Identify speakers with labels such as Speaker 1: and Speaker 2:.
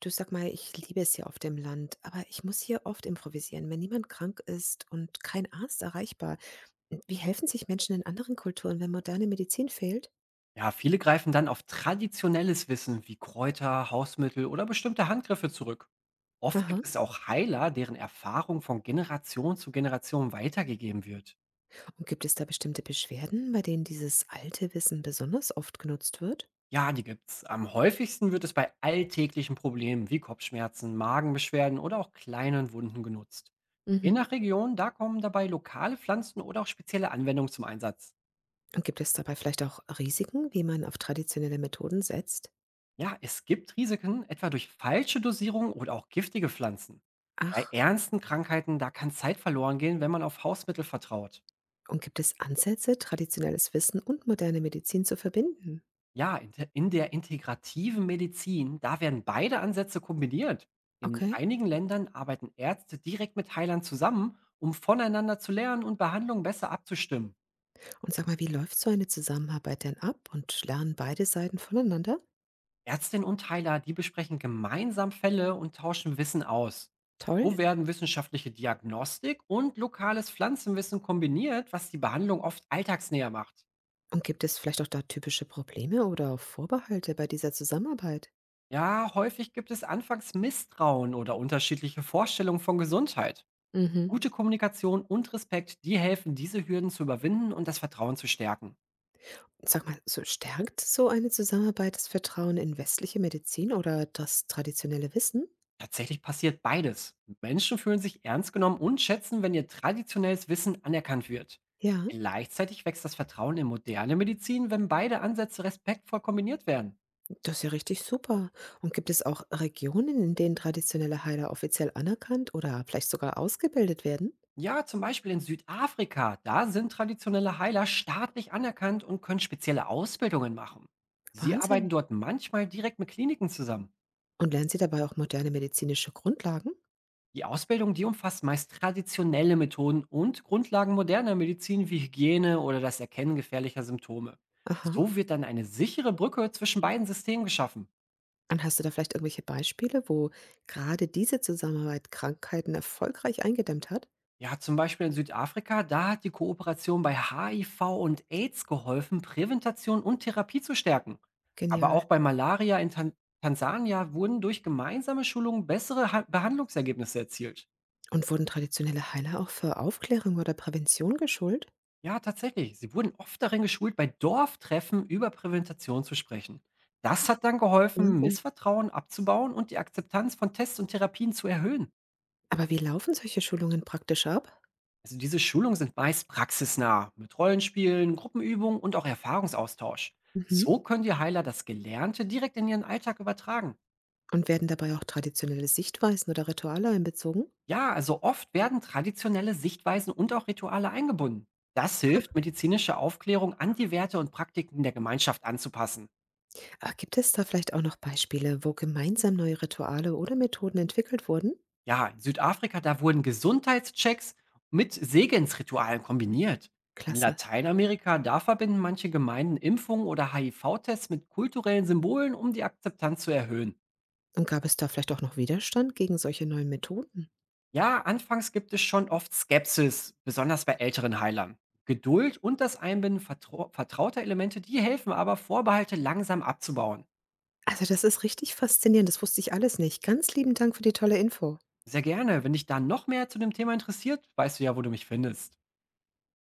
Speaker 1: Du, sag mal, ich liebe es hier auf dem Land, aber ich muss hier oft improvisieren, wenn niemand krank ist und kein Arzt erreichbar. Wie helfen sich Menschen in anderen Kulturen, wenn moderne Medizin fehlt?
Speaker 2: Ja, viele greifen dann auf traditionelles Wissen wie Kräuter, Hausmittel oder bestimmte Handgriffe zurück. Oft
Speaker 1: Aha.
Speaker 2: gibt es auch Heiler, deren Erfahrung von Generation zu Generation weitergegeben wird.
Speaker 1: Und gibt es da bestimmte Beschwerden, bei denen dieses alte Wissen besonders oft genutzt wird?
Speaker 2: Ja, die gibt's. Am häufigsten wird es bei alltäglichen Problemen wie Kopfschmerzen, Magenbeschwerden oder auch kleinen Wunden genutzt. Je
Speaker 1: Mhm.
Speaker 2: nach Region, da kommen dabei lokale Pflanzen oder auch spezielle Anwendungen zum Einsatz.
Speaker 1: Und gibt es dabei vielleicht auch Risiken, wie man auf traditionelle Methoden setzt?
Speaker 2: Ja, es gibt Risiken, etwa durch falsche Dosierung oder auch giftige Pflanzen. Bei
Speaker 1: Ach.
Speaker 2: ernsten Krankheiten, da kann Zeit verloren gehen, wenn man auf Hausmittel vertraut.
Speaker 1: Und gibt es Ansätze, traditionelles Wissen und moderne Medizin zu verbinden?
Speaker 2: Ja, in der integrativen Medizin, da werden beide Ansätze kombiniert. In
Speaker 1: Okay.
Speaker 2: einigen Ländern arbeiten Ärzte direkt mit Heilern zusammen, um voneinander zu lernen und Behandlungen besser abzustimmen.
Speaker 1: Und sag mal, wie läuft so eine Zusammenarbeit denn ab und lernen beide Seiten voneinander?
Speaker 2: Ärztin und Heiler, die besprechen gemeinsam Fälle und tauschen Wissen aus.
Speaker 1: Toll.
Speaker 2: So werden wissenschaftliche Diagnostik und lokales Pflanzenwissen kombiniert, was die Behandlung oft alltagsnäher macht.
Speaker 1: Und gibt es vielleicht auch da typische Probleme oder Vorbehalte bei dieser Zusammenarbeit?
Speaker 2: Ja, häufig gibt es anfangs Misstrauen oder unterschiedliche Vorstellungen von Gesundheit.
Speaker 1: Mhm.
Speaker 2: Gute Kommunikation und Respekt, die helfen, diese Hürden zu überwinden und das Vertrauen zu stärken.
Speaker 1: Sag mal, so stärkt so eine Zusammenarbeit das Vertrauen in westliche Medizin oder das traditionelle Wissen?
Speaker 2: Tatsächlich passiert beides. Menschen fühlen sich ernst genommen und schätzen, wenn ihr traditionelles Wissen anerkannt wird.
Speaker 1: Ja,
Speaker 2: Gleichzeitig wächst das Vertrauen in moderne Medizin, wenn beide Ansätze respektvoll kombiniert werden.
Speaker 1: das ist ja richtig super. Und gibt es auch Regionen, in denen traditionelle Heiler offiziell anerkannt oder vielleicht sogar ausgebildet werden?
Speaker 2: Ja, zum Beispiel in Südafrika, da sind traditionelle Heiler staatlich anerkannt und können spezielle Ausbildungen machen. Sie arbeiten
Speaker 1: Wahnsinn.
Speaker 2: dort manchmal direkt mit Kliniken zusammen.
Speaker 1: Und lernen Sie dabei auch moderne medizinische Grundlagen?
Speaker 2: Die Ausbildung, die umfasst meist traditionelle Methoden und Grundlagen moderner Medizin wie Hygiene oder das Erkennen gefährlicher Symptome.
Speaker 1: Aha.
Speaker 2: So wird dann eine sichere Brücke zwischen beiden Systemen geschaffen.
Speaker 1: Und hast du da vielleicht irgendwelche Beispiele, wo gerade diese Zusammenarbeit Krankheiten erfolgreich eingedämmt hat?
Speaker 2: Ja, zum Beispiel in Südafrika, da hat die Kooperation bei HIV und AIDS geholfen, Prävention und Therapie zu stärken. Aber
Speaker 1: Genial.
Speaker 2: auch bei Malaria in Tansania wurden durch gemeinsame Schulungen bessere ha Behandlungsergebnisse erzielt.
Speaker 1: Und wurden traditionelle Heiler auch für Aufklärung oder Prävention geschult?
Speaker 2: Ja, tatsächlich. Sie wurden oft darin geschult, bei Dorftreffen über Prävention zu sprechen. Das hat dann geholfen,
Speaker 1: Wahnsinn.
Speaker 2: Missvertrauen abzubauen und die Akzeptanz von Tests und Therapien zu erhöhen.
Speaker 1: Aber wie laufen solche Schulungen praktisch ab?
Speaker 2: Also diese Schulungen sind meist praxisnah, mit Rollenspielen, Gruppenübungen und auch Erfahrungsaustausch.
Speaker 1: Mhm.
Speaker 2: So können die Heiler das Gelernte direkt in ihren Alltag übertragen.
Speaker 1: Und werden dabei auch traditionelle Sichtweisen oder Rituale einbezogen?
Speaker 2: Ja, also oft werden traditionelle Sichtweisen und auch Rituale eingebunden. Das hilft, medizinische Aufklärung an die Werte und Praktiken der Gemeinschaft anzupassen.
Speaker 1: Ah, gibt es da vielleicht auch noch Beispiele, wo gemeinsam neue Rituale oder Methoden entwickelt wurden?
Speaker 2: Ja, in Südafrika, da wurden Gesundheitschecks mit Segensritualen kombiniert. In
Speaker 1: Klasse.
Speaker 2: Lateinamerika, da verbinden manche Gemeinden Impfungen oder HIV-Tests mit kulturellen Symbolen, um die Akzeptanz zu erhöhen.
Speaker 1: Und gab es da vielleicht auch noch Widerstand gegen solche neuen Methoden?
Speaker 2: Ja, anfangs gibt es schon oft Skepsis, besonders bei älteren Heilern. Geduld und das Einbinden vertrauter Elemente, die helfen aber, Vorbehalte langsam abzubauen.
Speaker 1: Also das ist richtig faszinierend, das wusste ich alles nicht. Ganz lieben Dank für die tolle Info.
Speaker 2: Sehr gerne. Wenn dich da noch mehr zu dem Thema interessiert, weißt du ja, wo du mich findest.